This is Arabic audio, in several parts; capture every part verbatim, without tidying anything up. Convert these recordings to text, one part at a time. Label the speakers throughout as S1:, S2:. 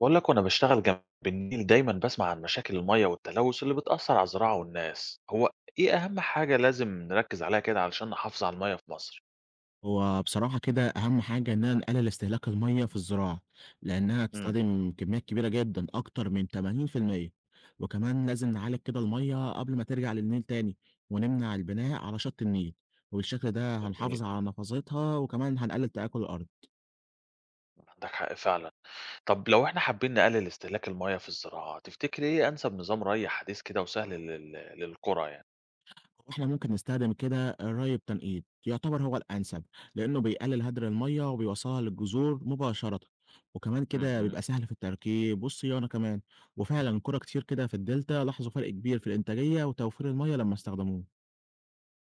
S1: بقول لك وانا بشتغل جنب النيل دايما بسمع عن مشاكل المية والتلوث اللي بتأثر على الزراعة والناس. هو ايه اهم حاجة لازم نركز عليها كده علشان نحافظ على المية في مصر؟
S2: هو بصراحة كده أهم حاجة إننا نقلل استهلاك المية في الزراعة لأنها
S1: امم.
S2: بتستخدم كميات كبيرة جدا أكتر من ثمانين في المية. وكمان لازم نعالج كده المية قبل ما ترجع للنيل تاني ونمنع البناء على شط النيل وبالشكل ده
S1: جميل،
S2: هنحافظ على نفاذتها وكمان هنقلل تآكل الأرض.
S1: عندك حق فعلا. طب لو احنا حابين نقلل استهلاك المية في الزراعة، تفتكر ايه انسب نظام ري حديث كده وسهل لل... للقرى يعني؟
S2: إحنا ممكن نستخدم كده ري بتنقيط يعتبر هو الأنسب لأنه بيقلل هدر المية وبيوصلها للجذور مباشرة وكمان كده
S1: امم.
S2: بيبقى سهل في التركيب والصيانة كمان. وفعلا كرة كتير كده في الدلتا لاحظوا فرق كبير في الإنتاجية وتوفير المية لما استخدموه.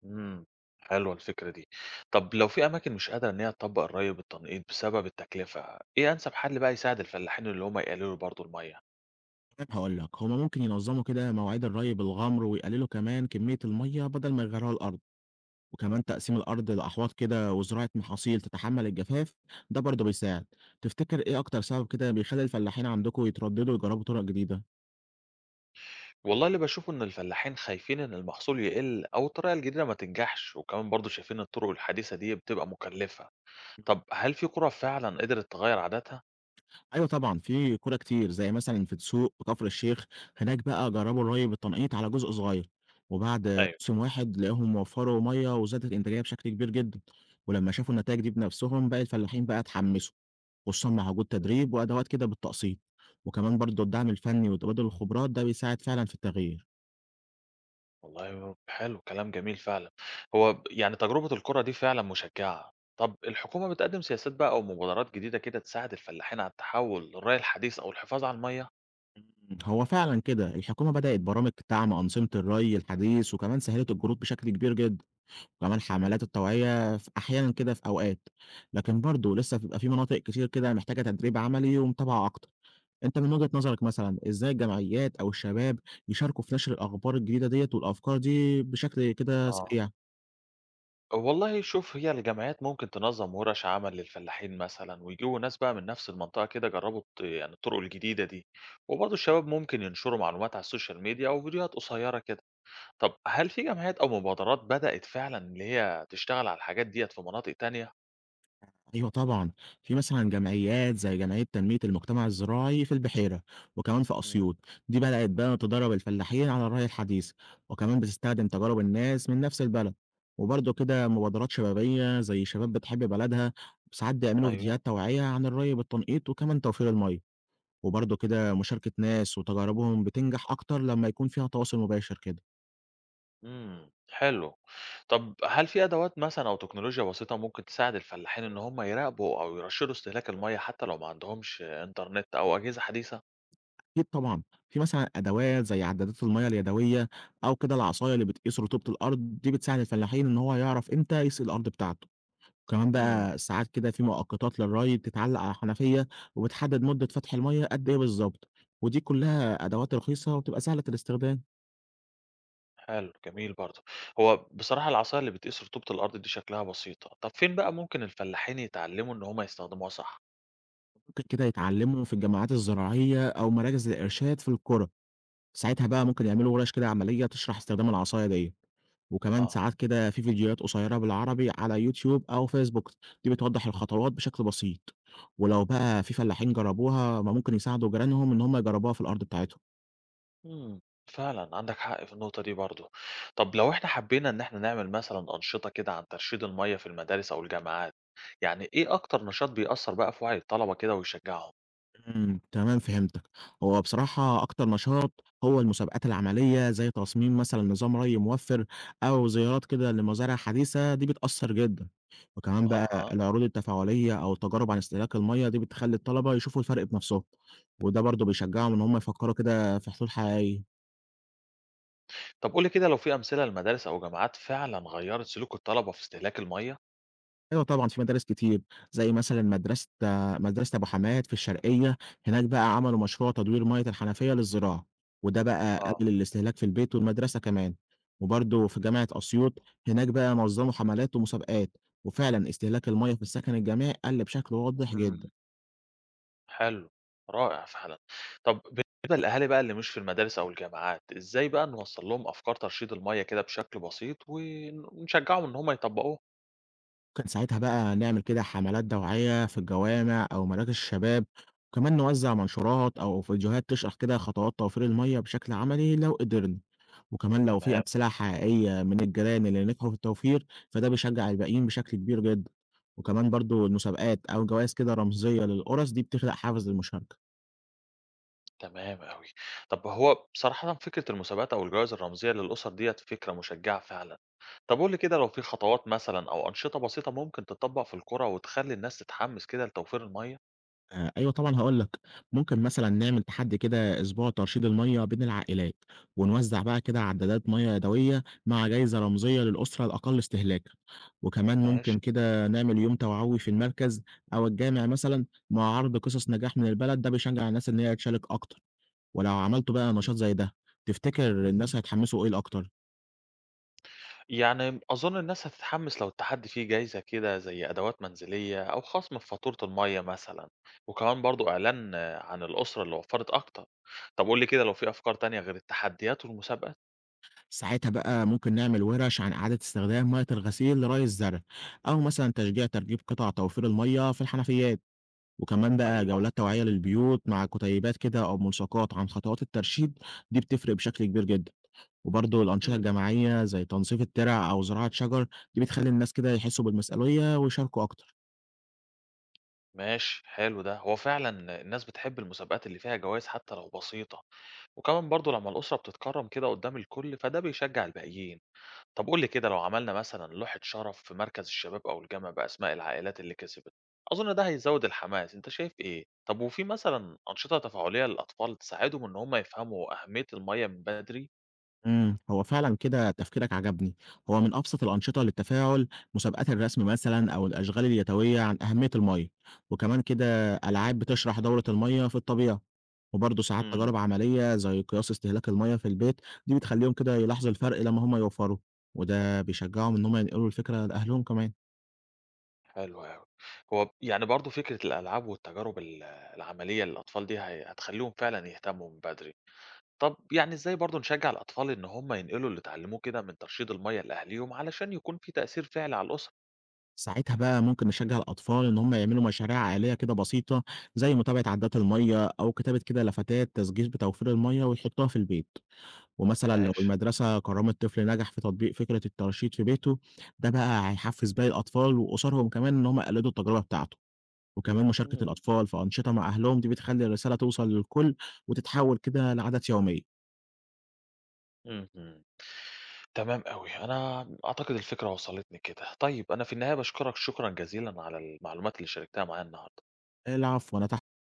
S1: امم، حلوة الفكرة دي. طب لو في اماكن مش قادرة ان هي تطبق الري بالتنقيط بسبب التكلفة، ايه انسب حل بقى يساعد الفلاحين اللي هم يقللوا برضو المية؟
S2: طيب هقول لك هما ممكن ينظموا كده مواعيد الري بالغمر ويقللوا كمان كمية المية بدل ما يغيروها الأرض، وكمان تقسيم الأرض لأحواض كده وزراعة محاصيل تتحمل الجفاف، ده برضه بيساعد. تفتكر إيه أكتر سبب كده بيخلي الفلاحين عندكم يترددوا يجربوا طرق جديدة؟
S1: والله اللي باشوفه إن الفلاحين خايفين إن المحصول يقل أو الطريقة الجديدة ما تنجحش، وكمان برضه شايفين الطرق الحديثة دي بتبقى مكلفة. طب هل في قرى فعلا قدرت تغير عاداتها؟
S2: أيوه طبعًا، في كورة كتير زي مثلًا في دسوق وكفر الشيخ، هناك بقى جرّبوا الري بالتنقيط على جزء صغير، وبعد
S1: ايوه.
S2: موسم واحد لقاهم وفّروا مَيّة وزادت الإنتاجية بشكل كبير جدًا، ولمّا شافوا النتايج دي بنفسهم بقى الفلاحين بقى اتحمسوا، خصوصًا مع وجود
S1: مم.
S2: تدريب وأدوات كده بالتقسيط، وكمان برضه الدعم الفني وتبادل الخبرات ده بيساعد فعلًا في التغيير.
S1: والله حلو، كلام جميل فعلا. هو ب- يعني تجربة القرى دي فعلا مشجعة. طب الحكومة بتقدم سياسات بقى أو مبادرات جديدة كده تساعد الفلاحين على التحول للري الحديث أو الحفاظ على المية؟
S2: هو فعلًا كده الحكومة بدأت برامج دعم أنظمة الري الحديث وكمان سهّلت الجروض بشكل كبير جدًا. وكمان
S1: امم.
S2: حملات التوعية ف أحيانًا كده في أوقات، لكن برضه لسه بيبقى في مناطق كتير كده محتاجة تدريب عملي ومتابعة أكتر. أنت من وجهة نظرك مثلًا إزاي الجمعيات أو الشباب يشاركوا في نشر الأخبار الجديدة ديّة والأفكار دي بشكل كده
S1: اه،
S2: سريع؟
S1: والله شوف، هي الجمعيات ممكن تنظم ورش عمل للفلاحين مثلا ويجيبوا ناس بقى من نفس المنطقة كده جربوا الط- يعني الطرق الجديدة دي. وبرضه الشباب ممكن ينشروا معلومات على السوشيال ميديا أو فيديوهات قصيرة كده. طب هل في جمعيات أو مبادرات بدأت فعلا اللي هي تشتغل على الحاجات ديت في مناطق تانية؟
S2: أيوه طبعًا، في مثلًا جمعيات زي جمعية تنمية المجتمع الزراعي في البحيرة، وكمان في
S1: مم.
S2: أسيوط، دي بدأت بقى تدرّب الفلاحين على الرعي الحديث، وكمان بتستخدم تجارب الناس من نفس البلد، وبرضه كده مبادرات شبابية زي شباب بتحب بلدها، ساعات بيعملوا
S1: أيوه.
S2: فيديوهات توعية عن الري بالتنقيط وكمان توفير المَيّة، وبرضه كده مشاركة ناس وتجاربهم بتنجح أكتر لمّا يكون فيها تواصل مباشر كده.
S1: امم، حلو. طب هل في أدوات مثلا أو تكنولوجيا بسيطة ممكن تساعد الفلاحين إن هم يراقبوا أو يرشدوا استهلاك المية حتى لو ما عندهمش إنترنت أو أجهزة حديثة؟
S2: أكيد طبعًا، في مثلًا أدوات زي عدادات المَيّة اليدوية أو كده العصاية اللي بتقيس رطوبة الأرض، دي بتساعد الفلاحين إن هو يعرف إمتى يسقي الأرض بتاعته، وكمان
S1: مم.
S2: بقى ساعات كده في مؤقتات للري بتتعلق على حنفية وبتحدد مدة فتح المَيّة قد إيه بالضبط، ودي كلها أدوات رخيصة وبتبقى سهلة الاستخدام.
S1: حلو، جميل برضه. هو بصراحة العصاية اللي بتقيس رطوبة الأرض دي شكلها بسيطة، طب فين بقى ممكن الفلاحين يتعلموا إن هم يستخدموها صح؟
S2: ممكن كده يتعلموا في الجامعات الزراعية أو مراكز الإرشاد في القرى، ساعتها بقى ممكن يعملوا ورش كده عملية تشرح استخدام العصاية ديّة. وكمان
S1: آه.
S2: ساعات كده في فيديوهات قصيرة بالعربي على يوتيوب أو فيسبوك دي بتوضح الخطوات بشكل بسيط، ولو بقى في فلاحين جربوها ما ممكن يساعدوا جيرانهم إن هم يجربوها في الأرض بتاعتهم.
S1: إمم، فعلًا عندك حق في النقطة دي برضه. طب لو إحنا حبينا إن إحنا نعمل مثلًا أنشطة كده عن ترشيد المَيّة في المدارس أو الجامعات، يعني إيه أكتر نشاط بيأثّر بقى في وعي الطلبة كده ويشجّعهم؟
S2: امم تمام فهمتك. هو بصراحة أكتر نشاط هو المسابقات العملية زي تصميم مثلا نظام ري موفر أو زيارات كده لمزارع حديثة دي بتأثر جدا، وكمان بقى
S1: أها.
S2: العروض التفاعلية أو التجارب عن استهلاك المية دي بتخلي الطلبة يشوفوا الفرق بنفسهم، وده برضه بيشجعهم إن هم يفكروا كده في حلول حقيقية.
S1: طب قُل لي كده لو في أمثلة لمدارس أو جامعات فعلًا غيّرت سلوك الطلبة في استهلاك المَيّة؟
S2: أيوه طبعًا في مدارس كتير، زي مثلًا مدرسة مدرسة أبو حماد في الشرقية، هناك بقى عملوا مشروع تدوير مَيّة الحنفية للزراعة، وده بقى
S1: آه.
S2: قبل الاستهلاك في البيت والمدرسة كمان، وبرضه في جامعة أسيوط هناك بقى نظموا حملات ومسابقات، وفعلًا استهلاك المَيّة في السكن الجامعي قَل بشكل واضح
S1: إمم.
S2: جدًا.
S1: حلو، رائع فعلًا. طب بالنسبة للأهالي بقى اللي مش في المدارس أو الجامعات، إزاي بقى نوصّل لهم أفكار ترشيد المَيّة كده بشكل بسيط ون ونشجّعهم إن هم يطبّقوها؟
S2: كان ساعتها بقى نعمل كده حملات توعية في الجوامع أو مراكز الشباب، وكمان نوزع منشورات أو فيديوهات تشرح كده خطوات توفير المية بشكل عملي لو قدرنا، وكمان لو في
S1: تمام.
S2: أمثلة حقيقية من الجيران اللي نجحوا في التوفير فده بيشجع الباقيين بشكل كبير جدا، وكمان برضو المسابقات أو جوائز كده رمزية للقرص دي بتخلق حافز للمشاركة.
S1: تمام أوي. طب هو بصراحةً فكرة المسابقات أو الجوائز الرمزية للأُسر ديّة فكرة مشجّعة فعلًا. طب قُل لي كده لو في خطوات مثلًا أو أنشطة بسيطة ممكن تتطبّق في القرى وتخلّي الناس تتحمّس كده لتوفير المَيّة؟
S2: آآ، أيوه طبعًا هاقول لك، ممكن مثلًا نعمل تحدّي كده أسبوع ترشيد المَيّة بين العائلات، ونوزّع بقى كده عدادات مَيّة يدوية مع جايزة رمزية للأسرة الأقل استهلاكًا، وكمان
S1: ماشي.
S2: ممكن كده نعمل يوم توعوي في المركز أو الجامع مثلًا مع عرض قصص نجاح من البلد، ده بيشجّع الناس إن هي تشارك أكتر، ولو عملتوا بقى نشاط زي ده، تفتكر الناس هيتحمسوا إيه الأكتر؟
S1: يعني أظن الناس هتتحمس لو التحدي فيه جايزة كده زي أدوات منزلية أو خصم في فاتورة المية مثلا، وكمان برضو إعلان آه، عن الأسرة اللي وفرت أكتر. طب قول لي كده لو في أفكار تانية غير التحديات والمسابقات.
S2: ساعتها بقى ممكن نعمل ورش عن إعادة استخدام مَيّة الغسيل لري الزرع، أو مثلًا تشجيع تركيب قطع توفير المَيّة في الحنفيات. وكمان بقى
S1: أيوه.
S2: جولات توعية للبيوت مع كتيبات كده أو ملصقات عن خطوات الترشيد دي بتفرق بشكل كبير جدا، وبرضه الأنشطة
S1: مم.
S2: الجماعية زي تنظيف الترع أو زراعة شجر دي بتخلي الناس كده يحسوا بالمسؤولية ويشاركوا أكتر.
S1: ماشي، حلو ده. هو فعلا الناس بتحب المسابقات اللي فيها جوائز حتى لو بسيطة، وكمان برضو لما الأسرة بتتكرم كده قدام الكل فده بيشجع الباقيين. طب قُل لي كده لو عملنا مثلًا لوحة شرف في مركز الشباب أو الجامعة بأسماء العائلات اللي كسبت، أظن ده هيزوّد الحماس، أنت شايف إيه؟ طب وفي مثلًا أنشطة تفاعلية للأطفال تساعدهم إن هم يفهموا أهمية المَيّة من بدري؟
S2: إمم، هو فعلًا كده تفكيرك عجبني. هو من أبسط الأنشطة للتفاعل مسابقات الرسم مثلًا أو الأشغال اليدوية عن أهمية المَيّة، وكمان كده ألعاب بتشرح دورة المَيّة في الطبيعة، وبرضه ساعات
S1: إمم.
S2: تجارب عملية زي قياس استهلاك المَيّة في البيت، دي بتخلّيهم كده يلاحظوا الفرق لمّا هم يوفّروا، وده بيشجّعهم إن هم ينقلوا الفكرة لأهلهم كمان.
S1: حلو أوي. هو يعني برضه فكرة الألعاب والتجارب ال العملية للأطفال دي هي هتخلّيهم فعلًا يهتموا من بدري. طب يعني إزاي برضه نشجّع الأطفال إن هم ينقلوا اللي اتعلموه كده من ترشيد المَيّة لأهاليهم علشان يكون في تأثير فعلي على الأسرة؟
S2: ساعتها بقى ممكن نشجّع الأطفال إن هم يعملوا مشاريع عائلية كده بسيطة زي متابعة عادات المَيّة أو كتابة كده لافتات تسجيل بتوفير المَيّة ويحطوها في البيت. ومثلًا لو
S1: ماشي.
S2: المدرسة كرّمت طفل نجح في تطبيق فكرة الترشيد في بيته، ده بقى هيحفّز باقي الأطفال وقصادهم كمان إن هم يقلّدوا التجربة بتاعته، وكمان مشاركة
S1: إمم.
S2: الأطفال في أنشطة مع أهلهم دي بتخلّي الرسالة توصل للكل وتتحوّل كده لعادات يومية.
S1: اهم. تمام أوي، أنا أعتقد الفكرة وصلتني كده. طيب أنا في النهاية باشكرك شكرًا جزيلًا على المعلومات اللي شاركتها معايا النهارده.
S2: العفو، أنا